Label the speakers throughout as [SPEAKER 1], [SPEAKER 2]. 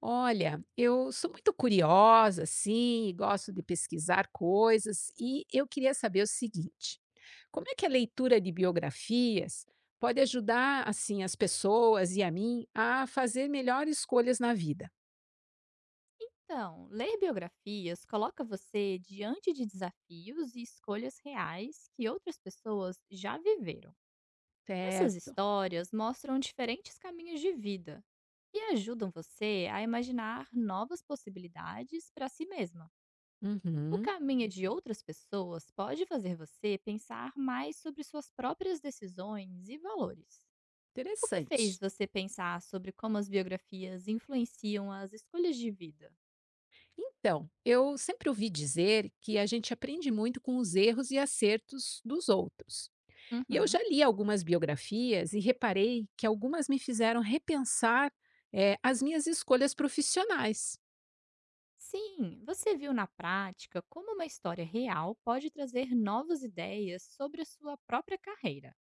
[SPEAKER 1] Olha, eu sou muito curiosa, assim, e gosto de pesquisar coisas, e eu queria saber o seguinte: como é que a leitura de biografias pode ajudar, assim, as pessoas e a mim a fazer melhores escolhas na vida?
[SPEAKER 2] Então, ler biografias coloca você diante de desafios e escolhas reais que outras pessoas já viveram. Essas
[SPEAKER 1] Certo.
[SPEAKER 2] histórias mostram diferentes caminhos de vida e ajudam você a imaginar novas possibilidades para si mesma. O
[SPEAKER 1] Uhum.
[SPEAKER 2] caminho de outras pessoas pode fazer você pensar mais sobre suas próprias decisões e valores. O que fez
[SPEAKER 1] Interessante.
[SPEAKER 2] você pensar sobre como as biografias influenciam as escolhas de vida?
[SPEAKER 1] Então, eu sempre ouvi dizer que a gente aprende muito com os erros e acertos dos outros. E eu já
[SPEAKER 2] Uhum.
[SPEAKER 1] li algumas biografias e reparei que algumas me fizeram repensar as minhas escolhas profissionais.
[SPEAKER 2] Sim, você viu na prática como uma história real pode trazer novas ideias sobre a sua própria carreira.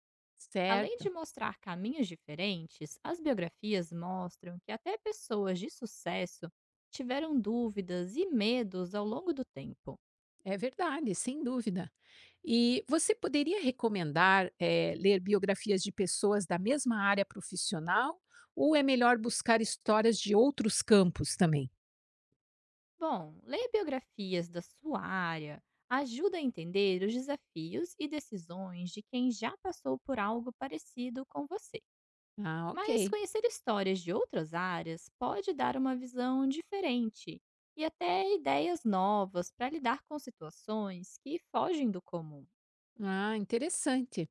[SPEAKER 2] Além de
[SPEAKER 1] Certo,
[SPEAKER 2] mostrar caminhos diferentes, as biografias mostram que até pessoas de sucesso tiveram dúvidas e medos ao longo do tempo.
[SPEAKER 1] é verdade, sem dúvida. E você poderia recomendar ler biografias de pessoas da mesma área profissional ou é melhor buscar histórias de outros campos também?
[SPEAKER 2] Bom, ler biografias da sua área ajuda a entender os desafios e decisões de quem já passou por algo parecido com você.
[SPEAKER 1] Ah,
[SPEAKER 2] Mas
[SPEAKER 1] ok.
[SPEAKER 2] conhecer histórias de outras áreas pode dar uma visão diferente e até ideias novas para lidar com situações que fogem do comum.
[SPEAKER 1] Ah, interessante.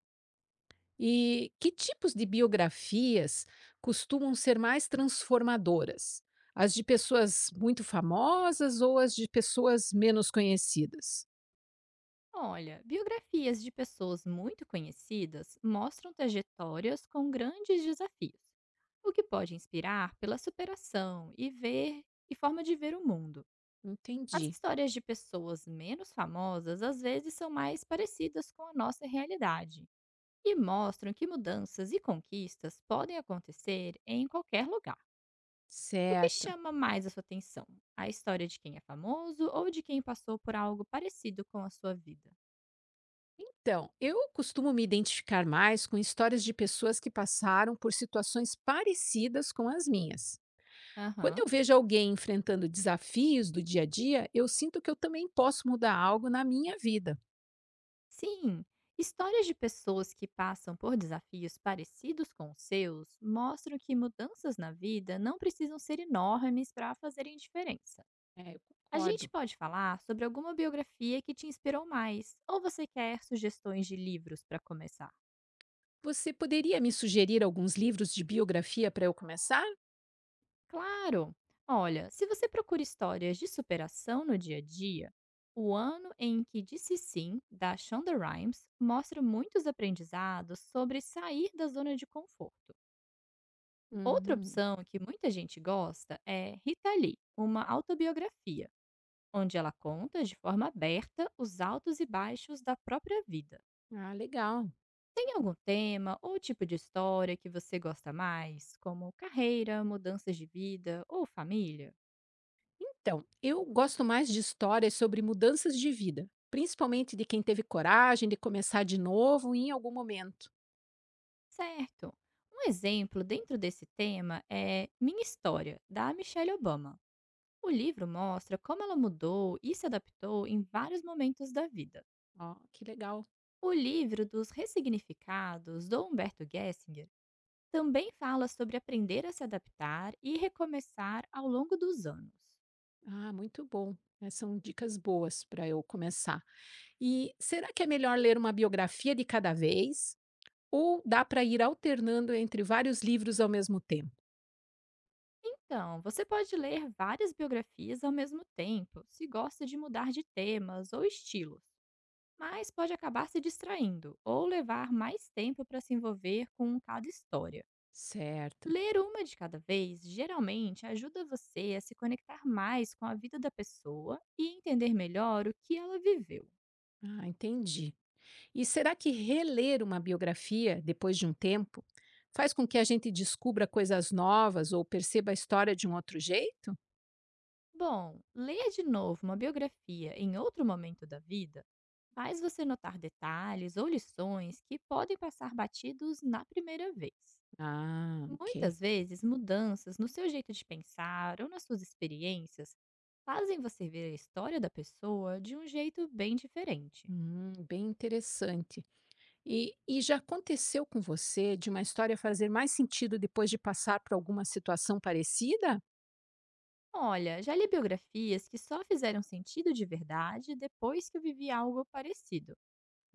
[SPEAKER 1] E que tipos de biografias costumam ser mais transformadoras? As de pessoas muito famosas ou as de pessoas menos conhecidas?
[SPEAKER 2] Olha, biografias de pessoas muito conhecidas mostram trajetórias com grandes desafios, o que pode inspirar pela superação e ver e forma de ver o mundo. As
[SPEAKER 1] Entendi.
[SPEAKER 2] histórias de pessoas menos famosas às vezes são mais parecidas com a nossa realidade e mostram que mudanças e conquistas podem acontecer em qualquer lugar. O que
[SPEAKER 1] Certo.
[SPEAKER 2] chama mais a sua atenção? A história de quem é famoso ou de quem passou por algo parecido com a sua vida?
[SPEAKER 1] Então, eu costumo me identificar mais com histórias de pessoas que passaram por situações parecidas com as minhas. Quando
[SPEAKER 2] Aham.
[SPEAKER 1] eu vejo alguém enfrentando desafios do dia a dia, eu sinto que eu também posso mudar algo na minha vida.
[SPEAKER 2] Sim, histórias de pessoas que passam por desafios parecidos com os seus mostram que mudanças na vida não precisam ser enormes para fazerem diferença.
[SPEAKER 1] É, eu
[SPEAKER 2] A gente
[SPEAKER 1] concordo.
[SPEAKER 2] pode falar sobre alguma biografia que te inspirou mais, ou você quer sugestões de livros para começar?
[SPEAKER 1] Você poderia me sugerir alguns livros de biografia para eu começar?
[SPEAKER 2] Claro! Olha, se você procura histórias de superação no dia a dia, o ano em que disse sim, da Shonda Rhimes, mostra muitos aprendizados sobre sair da zona de conforto. Outra
[SPEAKER 1] Uhum.
[SPEAKER 2] opção que muita gente gosta é Rita Lee, uma autobiografia, onde ela conta de forma aberta os altos e baixos da própria vida.
[SPEAKER 1] Ah, legal.
[SPEAKER 2] Tem algum tema ou tipo de história que você gosta mais, como carreira, mudanças de vida ou família?
[SPEAKER 1] Então, eu gosto mais de histórias sobre mudanças de vida, principalmente de quem teve coragem de começar de novo em algum momento.
[SPEAKER 2] Certo. Um exemplo dentro desse tema é Minha História, da Michelle Obama. O livro mostra como ela mudou e se adaptou em vários momentos da vida.
[SPEAKER 1] Ó, que legal.
[SPEAKER 2] O livro dos Ressignificados, do Humberto Gessinger, também fala sobre aprender a se adaptar e recomeçar ao longo dos anos.
[SPEAKER 1] Ah, muito bom. Essas são dicas boas para eu começar. E será que é melhor ler uma biografia de cada vez? Ou dá para ir alternando entre vários livros ao mesmo tempo?
[SPEAKER 2] Então, você pode ler várias biografias ao mesmo tempo, se gosta de mudar de temas ou estilos, mas pode acabar se distraindo ou levar mais tempo para se envolver com cada história.
[SPEAKER 1] Certo.
[SPEAKER 2] Ler uma de cada vez geralmente ajuda você a se conectar mais com a vida da pessoa e entender melhor o que ela viveu.
[SPEAKER 1] Ah, entendi. E será que reler uma biografia depois de um tempo faz com que a gente descubra coisas novas ou perceba a história de um outro jeito?
[SPEAKER 2] Bom, ler de novo uma biografia em outro momento da vida faz você notar detalhes ou lições que podem passar batidos na primeira vez.
[SPEAKER 1] Ah, ok.
[SPEAKER 2] Muitas vezes, mudanças no seu jeito de pensar ou nas suas experiências fazem você ver a história da pessoa de um jeito bem diferente.
[SPEAKER 1] Bem interessante. E já aconteceu com você de uma história fazer mais sentido depois de passar por alguma situação parecida?
[SPEAKER 2] Olha, já li biografias que só fizeram sentido de verdade depois que eu vivi algo parecido.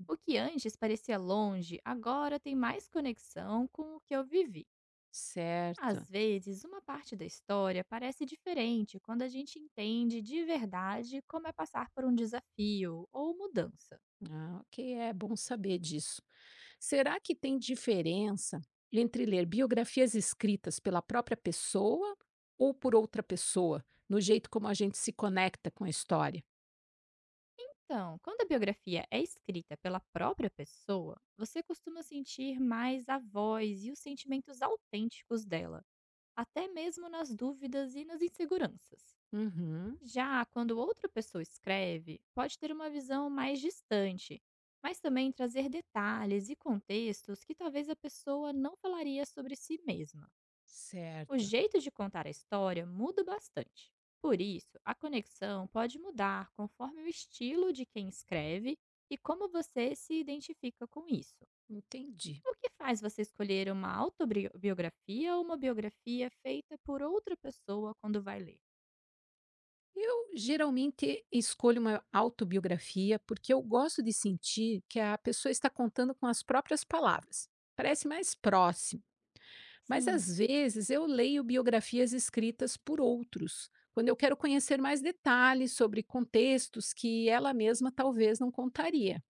[SPEAKER 2] O que antes parecia longe, agora tem mais conexão com o que eu vivi.
[SPEAKER 1] Certo.
[SPEAKER 2] Às vezes, uma parte da história parece diferente quando a gente entende de verdade como é passar por um desafio ou mudança.
[SPEAKER 1] Ah, ok, é bom saber disso. Será que tem diferença entre ler biografias escritas pela própria pessoa ou por outra pessoa, no jeito como a gente se conecta com a história?
[SPEAKER 2] Então, quando a biografia é escrita pela própria pessoa, você costuma sentir mais a voz e os sentimentos autênticos dela, até mesmo nas dúvidas e nas inseguranças.
[SPEAKER 1] Uhum,
[SPEAKER 2] Já quando outra pessoa escreve, pode ter uma visão mais distante, mas também trazer detalhes e contextos que talvez a pessoa não falaria sobre si mesma. O
[SPEAKER 1] certo,
[SPEAKER 2] jeito de contar a história muda bastante. Por isso, a conexão pode mudar conforme o estilo de quem escreve e como você se identifica com isso.
[SPEAKER 1] entendi.
[SPEAKER 2] O que faz você escolher uma autobiografia ou uma biografia feita por outra pessoa quando vai ler?
[SPEAKER 1] Eu geralmente escolho uma autobiografia porque eu gosto de sentir que a pessoa está contando com as próprias palavras. Parece mais próximo. Mas
[SPEAKER 2] Sim,
[SPEAKER 1] às vezes eu leio biografias escritas por outros, quando eu quero conhecer mais detalhes sobre contextos que ela mesma talvez não contaria.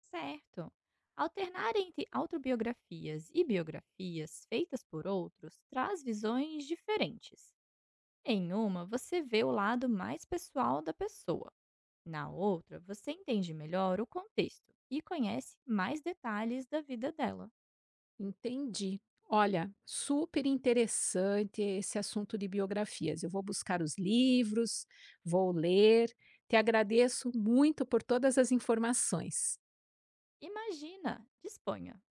[SPEAKER 2] certo. Alternar entre autobiografias e biografias feitas por outros traz visões diferentes. Em uma, você vê o lado mais pessoal da pessoa. Na outra, você entende melhor o contexto e conhece mais detalhes da vida dela.
[SPEAKER 1] Entendi. Olha, super interessante esse assunto de biografias. Eu vou buscar os livros, vou ler. Te agradeço muito por todas as informações.
[SPEAKER 2] Imagina, disponha.